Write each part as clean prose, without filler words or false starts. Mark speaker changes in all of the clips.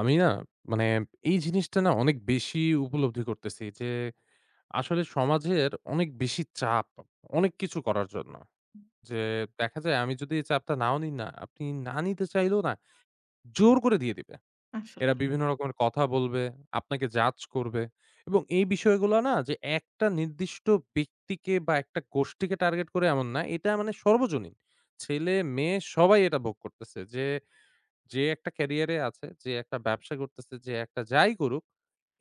Speaker 1: আমি না মানে এই জিনিসটা না অনেক বেশি উপলব্ধি করতেছি যে আসলে সমাজের অনেক বেশি চাপ অনেক কিছু করার জন্য। যে দেখা যায় আমি যদি এই চাপটা নাও নিই না, আপনি না নিতে চাইলেও না জোর করে দিয়ে দিবে। এরা
Speaker 2: আসলে।
Speaker 1: বিভিন্ন রকমের কথা বলবে, আপনাকে জাজ করবে এবং এই বিষয়গুলো না যে একটা নির্দিষ্ট ব্যক্তিকে বা একটা গোষ্ঠীকে টার্গেট করে এমন না। এটা মানে সর্বজনীন। ছেলে-মেয়ে সবাই এটা ভোগ করতেছে যে যে একটা ক্যারিয়ারে আছে, যে একটা ব্যবসা করতেছে, যে একটা যাই করুক,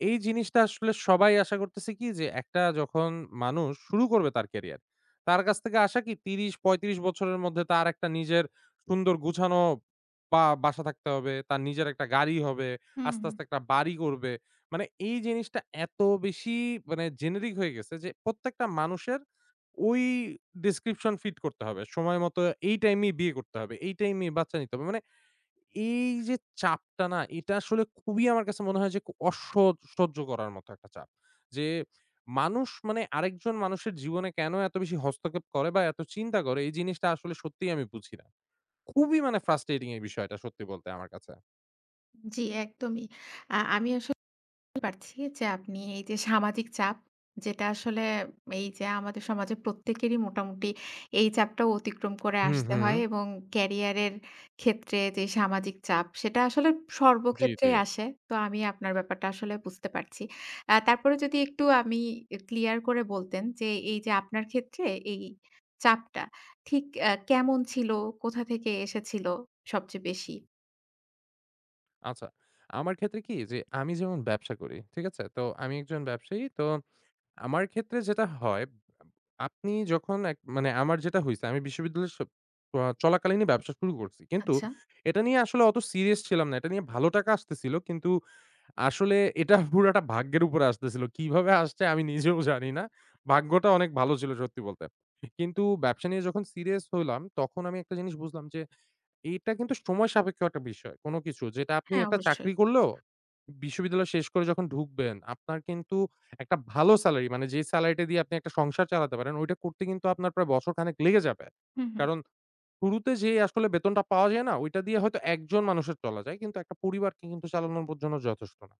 Speaker 1: এই জিনিসটা আসলে সবাই আশা করতেছে কি যে একটা যখন মানুষ শুরু করবে তার ক্যারিয়ার, তার কাছ থেকে আশা কি ৩০-৩৫ বছরের মধ্যে তার একটা নিজের সুন্দর গুছানো বা বাসা থাকতে হবে, তার নিজের একটা গাড়ি হবে,
Speaker 2: হুম,
Speaker 1: আস্তে, আস্তে একটা বাড়ি করবে। মানে এই জিনিসটা এত বেশি মানে জেনেরিক হয়ে গেছে যে প্রত্যেকটা মানুষের ওই ডেসক্রিপশন ফিট করতে হবে। সময় মতো এই টাইমেই বিয়ে করতে হবে, এই টাইমেই বাচ্চা নিতে হবে। মানে এই যে চাপটা না, এটা আসলে খুবই আমার কাছে মনে হয় যে, খুব অসহ্য সহ্য করার মতো একটা চাপ। যে মানুষ মানে আরেকজন মানুষের জীবনে কেন এত বেশি হস্তক্ষেপ করে বা এত চিন্তা করে, এই জিনিসটা আসলে সত্যিই আমি বুঝি না। খুবই মানে ফ্রাস্ট্রেটিং এই বিষয়টা সত্যি বলতে আমার কাছে।
Speaker 2: জি একদমই। আমি আসলে বুঝতে পারছি যে আপনি এই যে সামাজিক চাপ যেটা আসলে এই যে আমাদের সমাজে প্রত্যেকেরই মোটামুটি এই চাপটাও অতিক্রম করে
Speaker 1: হুম,
Speaker 2: আসতে
Speaker 1: হুম।
Speaker 2: হয় এবং ক্যারিয়ারের ক্ষেত্রে যে সামাজিক চাপ সেটা আসলে
Speaker 1: জি, জি।
Speaker 2: সর্বক্ষেত্রেই আসে। তো আমি আপনার ব্যাপারটা আসলে বুঝতে পারছি। তারপরে যদি একটু আমি ক্লিয়ার করে বলতেন যে এই যে আপনার ক্ষেত্রে এই চাপটা ঠিক কেমন ছিল? কোথা থেকে এসেছিল সবচেয়ে বেশি?
Speaker 1: আচ্ছা, আমার ক্ষেত্রে কি যে আমি যেমন ব্যবসা করি, ঠিক আছে? তো আমি একজন ব্যবসায়ী। তো আমার ক্ষেত্রে যেটা হয়, আপনি যখন মানে আমার যেটা হইছে আমি বিশ্ববিদ্যালয়ের স প চলাকালীনই ব্যবসা শুরু করছি। কিন্তু
Speaker 2: আচ্ছা।
Speaker 1: এটা নিয়ে আসলে অত সিরিয়াস ছিলাম না। এটা নিয়ে ভালো টাকা আসতেছিল। কিন্তু আসলে এটা পুরাটা ভাগ্যের উপরে আসতেছিল। কিভাবে আসছে আমি নিজেও জানি না। ভাগ্যটা অনেক ভালো ছিল সত্যি বলতে। কিন্তু ব্যবসা নিয়ে যখন সিরিয়াস হইলাম, তখন আমি একটা জিনিস বুঝলাম যে এইটা কিন্তু সময় সাপেক্ষ একটা বিষয়। কোন কিছু যেটা আপনি
Speaker 2: হ্যাঁ,
Speaker 1: একটা
Speaker 2: অবশ্যই।
Speaker 1: চাকরি করলেও বিশ্ববিদ্যালয় শেষ করে যখন ঢুকবেন, আপনার কিন্তু একটা ভালো সেলারি মানে যে সেলারিটা দিয়ে আপনি একটা সংসার চালাতে পারেন, ওইটা করতে কিন্তু আপনার প্রায় বছরখানেক লেগে যাবে।
Speaker 2: হুম, হুম।
Speaker 1: কারণ শুরুতে যে আসলে বেতনটা পাওয়া যায় না, ওইটা দিয়ে হয়তো একজন মানুষের চলা যায়। কিন্তু একটা পরিবারকে কিন্তু চালানোর পর জন্য যথেষ্ট না।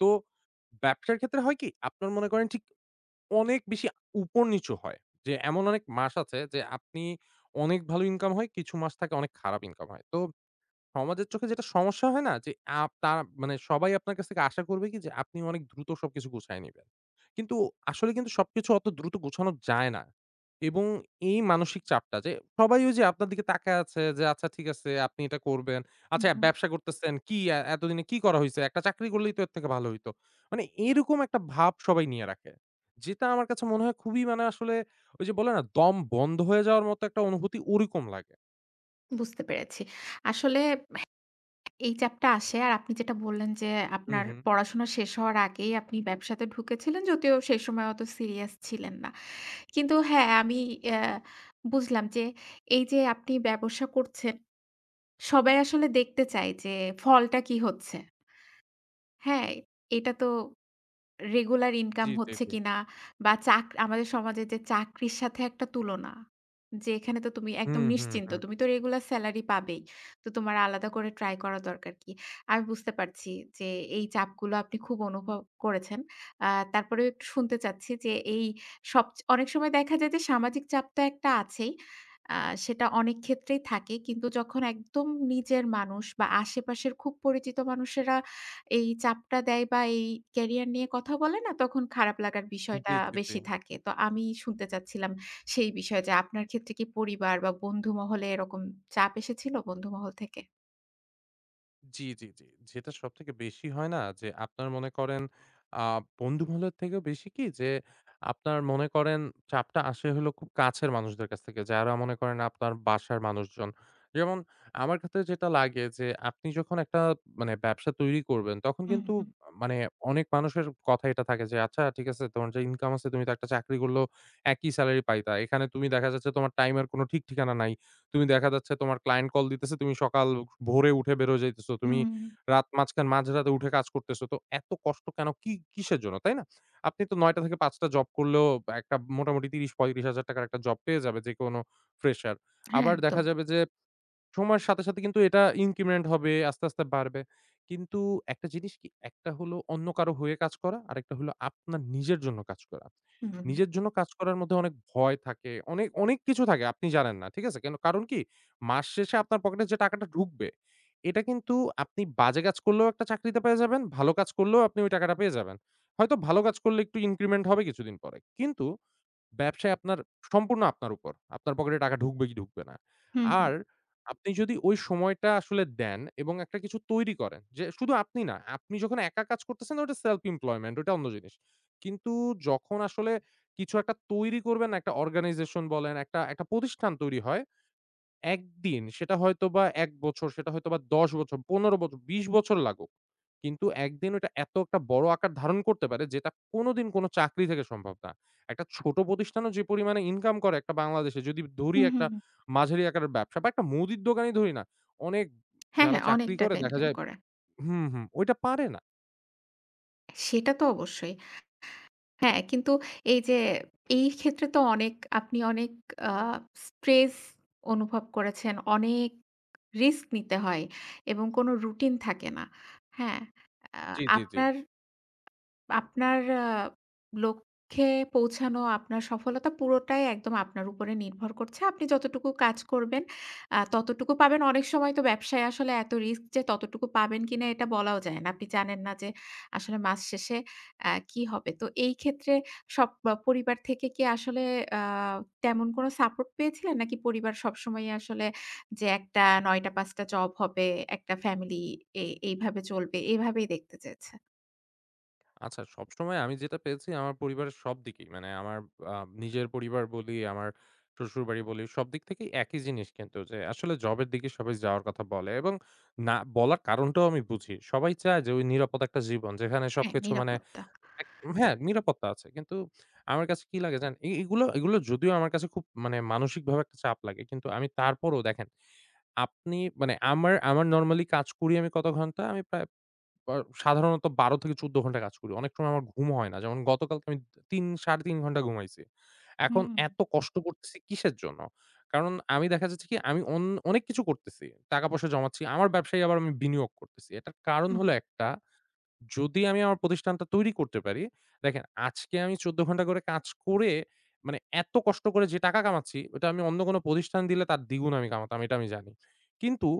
Speaker 1: তো ব্যবসার ক্ষেত্রে হয় কি? আপনার মনে করেন ঠিক অনেক বেশি উপর-নিচু হয়। যে এমন অনেক মাস আছে যে আপনি অনেক ভালো ইনকাম হয়, কিছু মাস থাকে অনেক খারাপ ইনকাম হয়। তো সমাজের চোখে যেটা সমস্যা হয় না? যে আপ তা মানে সবাই আপনার কাছ থেকে আশা করবে কি যে আপনি অনেক দ্রুত সবকিছু গুছায় নিবেন। কিন্তু আসলে কিন্তু সবকিছু অত দ্রুত গুছানো যায় না। এবং এই মানসিক চাপটা যে সবাই ওই যে আপনার দিকে তাকায় আছে যে আচ্ছা ঠিক আছে আপনি এটা করবেন। আচ্ছা
Speaker 2: হুম, হুম।
Speaker 1: ব্যবসা করতেছেন কি এতদিনে কি করা হইছে? একটা চাকরি করলেই তো এর থেকে ভালো হইতো। মানে এরকম একটা ভাব সবাই নিয়ে রাখে। যেটা আমার কাছে মনে হয় খুবই মানে আসলে ওই যে বলে না দম বন্ধ হয়ে যাওয়ার মতো একটা অনুভূতি ওরকম লাগে।
Speaker 2: বুঝতে পেরেছি। আসলে এই চাপটা আসে আর আপনি যেটা বললেন যে,
Speaker 1: হুম,
Speaker 2: আপনার
Speaker 1: হুম।
Speaker 2: পড়াশোনা শেষ হওয়ার আগেই আপনি ব্যবসাতে ঢুকেছিলেন, যদিও সেই সময় অত সিরিয়াস ছিলেন না। কিন্তু হ্যাঁ, আমি অ্যা বুঝলাম যে, এই যে আপনি ব্যবসা করছেন, সবাই আসলে দেখতে চায় যে ফলটা কি হচ্ছে। হ্যাঁ, এটা তো রেগুলার
Speaker 1: জি,
Speaker 2: ইনকাম
Speaker 1: জি,
Speaker 2: হচ্ছে
Speaker 1: জি।
Speaker 2: কিনা বা আমাদের সমাজে যে চাকরির সাথে একটা তুলনা। যে এখানে তো তুমি
Speaker 1: হুম,
Speaker 2: একদম
Speaker 1: হুম,
Speaker 2: নিশ্চিন্ত।
Speaker 1: হুম।
Speaker 2: তুমি তো রেগুলার সেলারি পাবেই। তো তোমার আলাদা করে ট্রাই করা দরকার কি? আমি বুঝতে পারছি যে এই চাপগুলো আপনি খুব অনুভব করেছেন। আ তারপরেও একটু শুনতে চাচ্ছি যে এই সব অনেক সময় দেখা যায় যে সামাজিক চাপ তো একটা আছেই। আ সেটা অনেক ক্ষেত্রেই থাকে। কিন্তু যখন একদম নিজের মানুষ বা আশেপাশের খুব পরিচিত মানুষেরা এই চাপটা দেয় বা এই ক্যারিয়ার নিয়ে কথা বলে না, তখন খারাপ লাগার
Speaker 1: জি,
Speaker 2: বিষয়টা
Speaker 1: জি, জি।
Speaker 2: বেশি থাকে। তো আমি শুনতে চাচ্ছিলাম সেই বিষয়ে যে আপনার ক্ষেত্রে কি পরিবার বা বন্ধু মহলে এরকম চাপ এসেছিল বন্ধু মহল থেকে?
Speaker 1: জি, জি, জি। যেটা সবথেকে বেশি হয় না যে আপনার মনে করেন আ বন্ধু-বান্ধবের থেকেও বেশি কি যে আপনার মনে করেন চাপটা আসে হলো খুব কাছের মানুষদের কাছ থেকে। যারা মনে করেন আপনার বাসার মানুষজন। যেমন আমার ক্ষেত্রে যেটা লাগে যে আপনি যখন একটা মানে ব্যবসা তৈরি করবেন তখন
Speaker 2: হুম,
Speaker 1: কিন্তু
Speaker 2: হুম,
Speaker 1: মানে অনেক মানুষের কথা এটা থাকে যে আচ্ছা ঠিক আছে তোমার যে ইনকাম আছে তুমি তো একটা চাকরি করলেও একই সেলারি পাইতা। এখানে তুমি দেখা যাচ্ছে তোমার টাইম এর কোনো ঠিক ঠিকানা নাই। তুমি দেখা যাচ্ছে তোমার ক্লায়েন্ট কল দিতেছে, তুমি সকাল ভোরে উঠে বের হয়ে যাইতেছো। তুমি
Speaker 2: হুম।
Speaker 1: রাত মাঝখান মাঝরাতে উঠে কাজ করতেছো। তো এত কষ্ট কেন? কি কিসের জন্য? তাই না? আপনি তো ৯টা থেকে ৫ টা জব করলেও একটা মোটামুটি ৩০-৩৫ হাজার টাকার একটা জব পেয়ে যাবে যেকোনো ফ্রেশার।
Speaker 2: হ্যাঁ,
Speaker 1: আবার দেখা
Speaker 2: একদম।
Speaker 1: যাবে যে সময়ের সাথে, সাথে কিন্তু এটা ইনক্রিমেন্ট হবে, আস্তে, আস্তে বাড়বে। কিন্তু একটা জিনিস কি, একটা হলো অন্য কারো হয়ে কাজ করা, আরেকটা হলো আপনার নিজের জন্য কাজ করা।
Speaker 2: হুম, হুম,
Speaker 1: নিজের জন্য কাজ করার মধ্যে অনেক ভয় থাকে, অনেক, অনেক কিছু থাকে আপনি জানেন না। ঠিক আছে? কেন কারণ কি, মাস শেষে আপনার পকেটে যে টাকাটা ঢুকবে, এটা কিন্তু আপনি বাজে কাজ করলেও একটা চাকরিতে পেয়ে যাবেন, ভালো কাজ করলেও আপনি ওই টাকাটা পেয়ে যাবেন। হয়তো ভালো কাজ করলে একটু ইনক্রিমেন্ট হবে কিছুদিন পরে। কিন্তু ব্যবসায় আপনার সম্পূর্ণ আপনার উপর। আপনার পকেটে টাকা ঢুকবে কি ঢুকবে না।
Speaker 2: হুম, হুম,
Speaker 1: আর আপনি যদি ওই সময়টা আসলে দেন এবং একটা কিছু তৈরি করেন যে শুধু আপনি না, আপনি যখন একা কাজ করতেছেন ওটা self employment ওটা অন্য জিনিস। কিন্তু যখন আসলে কিছু একটা তৈরি করবেন, একটা organization বলেন, একটা একটা প্রতিষ্ঠান তৈরি হয়, একদিন সেটা হয়তোবা ১ বছর, সেটা হয়তোবা ১০ বছর, ১৫ বছর, ২০ বছর লাগুক। কিন্তু একদিন ওটা এত একটা বড় আকার ধারণ করতে পারে যেটা কোনোদিন কোনো চাকরি থেকে সম্ভব না। একটা ছোট প্রতিষ্ঠানও যে পরিমাণে ইনকাম করে একটা বাংলাদেশে যদি ধরি
Speaker 2: হুম, হুম,
Speaker 1: একটা
Speaker 2: হুম।
Speaker 1: মাঝারি আকারের ব্যবসা বা একটা মুদির দোকানই ধরি না। অনেক
Speaker 2: হ্যাঁ,
Speaker 1: যারা
Speaker 2: হ্যাঁ, অনেক
Speaker 1: চাকরি করে
Speaker 2: টাকা
Speaker 1: দেখা
Speaker 2: ইনকাম
Speaker 1: যায়
Speaker 2: করে।
Speaker 1: হুম, হুম, ওইটা পারে না।
Speaker 2: সেটা তো অবশ্যই। হ্যাঁ, কিন্তু এই যে এই ক্ষেত্রে তো অনেক আপনি অনেক আ স্ট্রেস অনুভব করেছেন। অনেক রিস্ক নিতে হয় এবং কোনো রুটিন থাকে না। হ্যাঁ? আ
Speaker 1: জি, জি, জি।
Speaker 2: আপনার আপনার আ লক্ষ্যে পৌঁছানো, আপনার সফলতা পুরোটাই একদম আপনার উপরে নির্ভর করছে। আপনি যতটুকু কাজ করবেন ততটুকু পাবেন। অনেক সময় তো ব্যবসায় আসলে এত রিস্ক যে ততটুকু পাবেন কিনা এটা বলাও যায় না। আপনি জানেন না যে আসলে মাস শেষে কি হবে। তো এই ক্ষেত্রে সব পরিবার থেকে কি আসলে আ তেমন কোনো সাপোর্ট পেয়েছিলেন? নাকি পরিবার সবসময়ই আসলে যে একটা ৯ টা ৫ টা জব হবে, একটা ফ্যামিলি এ এইভাবে চলবে, এভাবেই দেখতে চেয়েছে?
Speaker 1: আচ্ছা, সবসময় আমি যেটা পেয়েছি আমার পরিবারের সব দিকেই মানে আমার আ নিজের পরিবার বলি, আমার শ্বশুরবাড়ি বলি, সব দিক থেকেই একই জিনিস কিন্তু যে আসলে জবের দিকে সবাই যাওয়ার কথা বলে এবং না বলার কারণটাও আমি বুঝি। সবাই চায় যে ওই নিরাপদ একটা জীবন যেখানে
Speaker 2: হ্যাঁ,
Speaker 1: সবকিছু মানে
Speaker 2: নিরাপত্তা।
Speaker 1: এক হ্যাঁ, নিরাপত্তা আছে। কিন্তু আমার কাছে কি লাগে জানেন? এ এগুলো এগুলো যদিও আমার কাছে খুব মানে মানসিকভাবে একটা চাপ লাগে। কিন্তু আমি তারপরও দেখেন আপনি মানে আমার আমার নরমালি কাজ করি আমি কত ঘন্টা? আমি প্রায় আ সাধারণত ১২ থেকে ১৪ ঘন্টা কাজ করি। অনেক সময় আমার ঘুম হয় না। যেমন গতকালকে আমি ৩ ৩.৫ ঘন্টা ঘুমাইছি। এখন
Speaker 2: হুম,
Speaker 1: এত কষ্ট করতেছি কিসের জন্য? কারণ আমি দেখা যাচ্ছে কি আমি অনেক কিছু করতেছি। টাকা-পয়সা জমাচ্ছি। আমার ব্যবসায় আবার আমি বিনিয়োগ করতেছি। এটার কারণ
Speaker 2: হুম,
Speaker 1: হলো একটা যদি আমি আমার প্রতিষ্ঠানটা তৈরি করতে পারি, দেখেন আজকে আমি ১৪ ঘন্টা করে কাজ করে মানে এত কষ্ট করে যে টাকা কামাচ্ছি, ওটা আমি অন্য কোনো প্রতিষ্ঠান দিলে তার দ্বিগুণ আমি কামাতাম, এটা আমি জানি। কিন্তু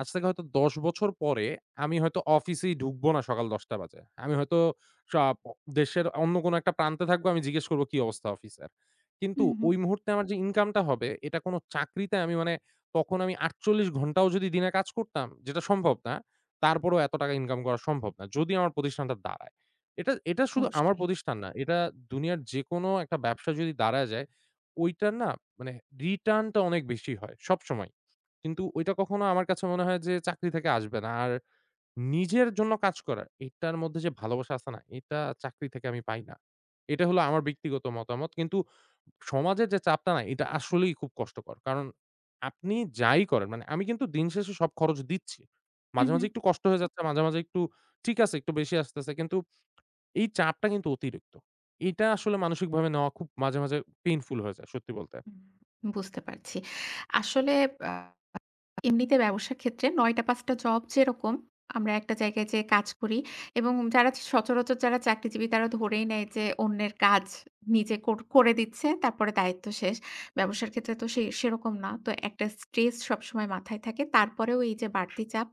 Speaker 1: আজ থেকে হয়তো ১০ বছর পরে আমি হয়তো অফিসেই ঢুকবো না সকাল ১০টা বাজে। আমি হয়তো সা প দেশের অন্য কোনো একটা প্রান্তে থাকবো, আমি জিজ্ঞেস করব কি অবস্থা অফিসের। কিন্তু
Speaker 2: হুম, হুম।
Speaker 1: ওই মুহূর্তে আমার যে ইনকামটা হবে, এটা কোনো চাকরিতে আমি মানে তখন আমি ৪৮ ঘন্টাও যদি দিনে কাজ করতাম, যেটা সম্ভব না। তারপরেও এত টাকা ইনকাম করা সম্ভব না। যদি আমার প্রতিষ্ঠানটা দাঁড়ায়। এটা এটা শুধু আমার
Speaker 2: অবশ্যই।
Speaker 1: প্রতিষ্ঠান না। এটা দুনিয়ার যেকোনো একটা ব্যবসা যদি দাঁড়ায় যায়, ওইটার না মানে রিটার্ন টা অনেক বেশি হয় সবসময়। কিন্তু ওইটা কখনো আমার কাছে মনে হয় যে চাকরি থেকে আসবে না। আর নিজের জন্য কাজ করা, এটার মধ্যে যে ভালোবাসা আছে না, এটা চাকরি থেকে আমি পাই না। এটা হলো আমার ব্যক্তিগত মতামত। কিন্তু সমাজের যে চাপটা না এটা আসলেই খুব কষ্টকর। কারণ আপনি যাই করেন মানে আমি কিন্তু দিন শেষে সব খরচ দিচ্ছি।
Speaker 2: হুম,
Speaker 1: মাঝে,
Speaker 2: হুম,
Speaker 1: মাঝে একটু কষ্ট হয়ে যাচ্ছে, মাঝে, মাঝে একটু ঠিক আছে একটু বেশি আসতেছে। কিন্তু এই চাপটা কিন্তু অতিরিক্ত। এটা আসলে মানসিকভাবে নেওয়া খুব মাঝে, মাঝে পেইনফুল হয়ে যায় সত্যি বলতে।
Speaker 2: হুম। বুঝতে পারছি। আসলে আ এমনিতে ব্যবসার ক্ষেত্রে ৯টা-৫ টা জব যেরকম, আমরা একটা জায়গায় যেয়ে কাজ করি এবং যারা সচরাচর যারা চাকরিজীবী তারা ধরেই নেয় যে অন্যের কাজ নিজে করে দিচ্ছে, তারপরে দায়িত্ব শেষ। ব্যবসার ক্ষেত্রে তো সেরকম না। তো একটা স্ট্রেস সবসময় মাথায় থাকে। তারপরেও এই যে বাড়তি চাপ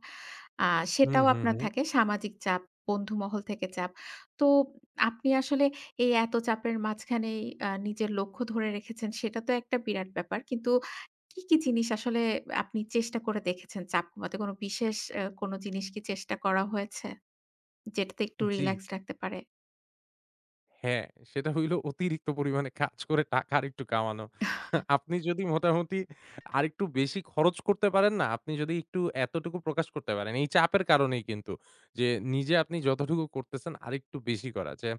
Speaker 2: আ
Speaker 1: হুম,
Speaker 2: সেটাও
Speaker 1: হুম,
Speaker 2: আপনার
Speaker 1: হুম।
Speaker 2: থাকে, সামাজিক চাপ, বন্ধুমহল থেকে চাপ। তো আপনি আসলে এই এত চাপের মাঝখানেই নিজের লক্ষ্য ধরে রেখেছেন সেটা তো একটা বিরাট ব্যাপার। কিন্তু কি জিনিস আসলে আপনি চেষ্টা করে দেখেছেন চাপ কমাতে? কোনো বিশেষ কোনো জিনিস কি চেষ্টা করা হয়েছে? যেটাতে একটু
Speaker 1: জি।
Speaker 2: রিল্যাক্স রাখতে পারে?
Speaker 1: হ্যাঁ, সেটা হইলো অতিরিক্ত পরিমাণে কাজ করে টাকা আরেকটু কামানো। আপনি যদি মোটামুটি আরেকটু বেশি খরচ করতে পারেন না, আপনি যদি একটু এতটুকু প্রকাশ করতে পারেন, এই চাপের কারণেই কিন্তু যে নিজে আপনি যতটুকু করতেছেন আরেকটু বেশি করা। যে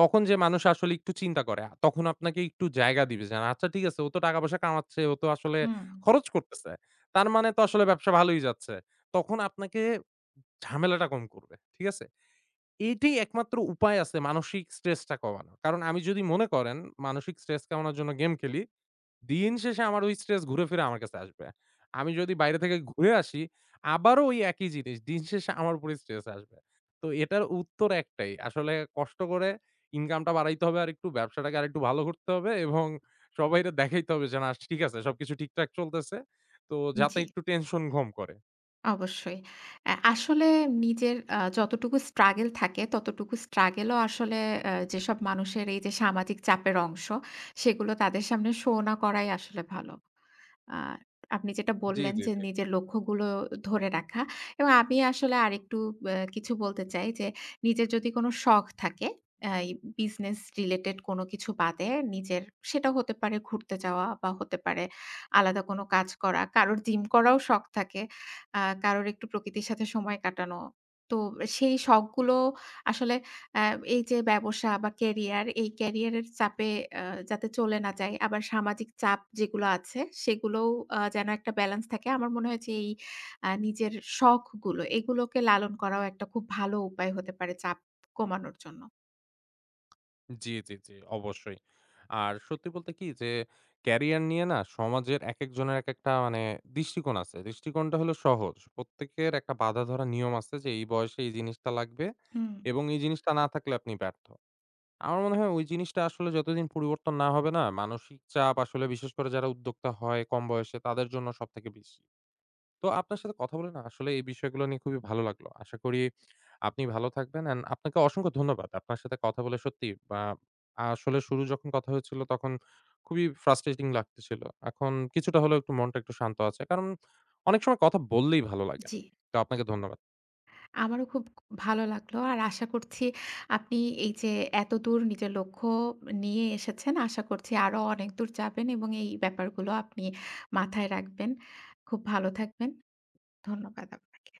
Speaker 1: তখন যে মানুষ আসলে একটু চিন্তা করে, তখন আপনাকে একটু জায়গা দিবে যে, "আচ্ছা ঠিক আছে, ও তো টাকা পয়সা কামাচ্ছে, ও তো আসলে
Speaker 2: হুম।
Speaker 1: খরচ করতেছে। তার মানে তো আসলে ব্যবসা ভালোই যাচ্ছে।" তখন আপনাকে ঝামেলাটা কম করবে। ঠিক আছে? এটাই একমাত্র উপায় আছে মানসিক স্ট্রেসটা কমানোর। কারণ আমি যদি মনে করেন মানসিক স্ট্রেস কমানোর জন্য গেম খেলি, দিন শেষে আমার ওই স্ট্রেস ঘুরে ফিরে আমার কাছে আসবে। আমি যদি বাইরে থেকে ঘুরে আসি, আবারও ওই একই জিনিস। দিন শেষে আমার উপরেই স্ট্রেস আসবে। তো এটার উত্তর একটাই। আসলে কষ্ট করে ইনকামটা বাড়াইতে হবে আরেকটু, ব্যবসাটাকে আরেকটু ভালো করতে হবে এবং সবাইরে দেখাইতে হবে যে না ঠিক আছে সবকিছু ঠিকঠাক চলতেছে। তো যাতে
Speaker 2: জি।
Speaker 1: একটু টেনশন কম করে।
Speaker 2: অবশ্যই। আসলে নিজের যতটুকু struggle থাকে ততটুকু struggle ও আসলে যেসব মানুষের এই যে সামাজিক চাপের অংশ, সেগুলো তাদের সামনে show না করাই আসলে ভালো। আ আপনি যেটা
Speaker 1: জি,
Speaker 2: বললেন
Speaker 1: জি,
Speaker 2: যে
Speaker 1: জি।
Speaker 2: নিজের লক্ষ্যগুলো ধরে রাখা এবং আমি আসলে আরেকটু কিছু বলতে চাই যে নিজের যদি কোনো শখ থাকে এই বিজনেস related কোনো কিছু বাদে নিজের সেটা হতে পারে ঘুরতে যাওয়া বা হতে পারে আলাদা কোনো কাজ করা। কারোর জিম করাও শখ থাকে। কারোর একটু প্রকৃতির সাথে সময় কাটানো। তো সেই শখগুলো আসলে অ্যা এই যে ব্যবসা বা ক্যারিয়ার, এই ক্যারিয়ারের চাপে আ যাতে চলে না যাই, আবার সামাজিক চাপ যেগুলো আছে সেগুলোও যেন একটা ব্যালেন্স থাকে। আমার মনে হয় যে এই নিজের শখগুলো এগুলোকে লালন করাও একটা খুব ভালো উপায় হতে পারে চাপ কমানোর জন্য।
Speaker 1: জি, জি, জি, অবশ্যই। আর সত্যি বলতে কি যে ক্যারিয়ার নিয়ে না সমাজের একেকজনের একেকটা মানে দৃষ্টিকোণ আছে। দৃষ্টিকোণটা হলো সহজ। প্রত্যেকের একটা বাঁধা ধরা নিয়ম আছে যে এই বয়সে এই জিনিসটা লাগবে
Speaker 2: হুম,
Speaker 1: এবং এই জিনিসটা না থাকলে আপনি ব্যর্থ। আমার মনে হয় ওই জিনিসটা আসলে যতদিন পরিবর্তন না হবে না, মানসিক চাপ আসলে বিশেষ করে যারা উদ্যোক্তা হয় কম বয়সে তাদের জন্য সবথেকে বেশি। তো আপনার সাথে কথা বলে না আসলে এই বিষয়গুলো নিয়ে খুবই ভালো লাগলো। আশা করি আপনি ভালো থাকবেন অ্যান্ড আপনাকে অসংখ্য ধন্যবাদ। আপনার সাথে কথা বলে সত্যি বা আসলে শুরু যখন কথা হয়েছিল তখন খুবই ফ্রাস্ট্রেটিং লাগতেছিল। এখন কিছুটা হলেও একটু মনটা একটু শান্ত আছে। কারণ অনেক সময় কথা বললেই ভালো লাগে।
Speaker 2: জি।
Speaker 1: তো আপনাকে ধন্যবাদ।
Speaker 2: আমারও খুব ভালো লাগলো। আর আশা করছি আপনি এই যে এতদূর নিজের লক্ষ্য নিয়ে এসেছেন, আশা করছি আরো অনেক দূর যাবেন এবং এই ব্যাপারগুলো আপনি মাথায় রাখবেন। খুব ভালো থাকবেন। ধন্যবাদ আপনাকে।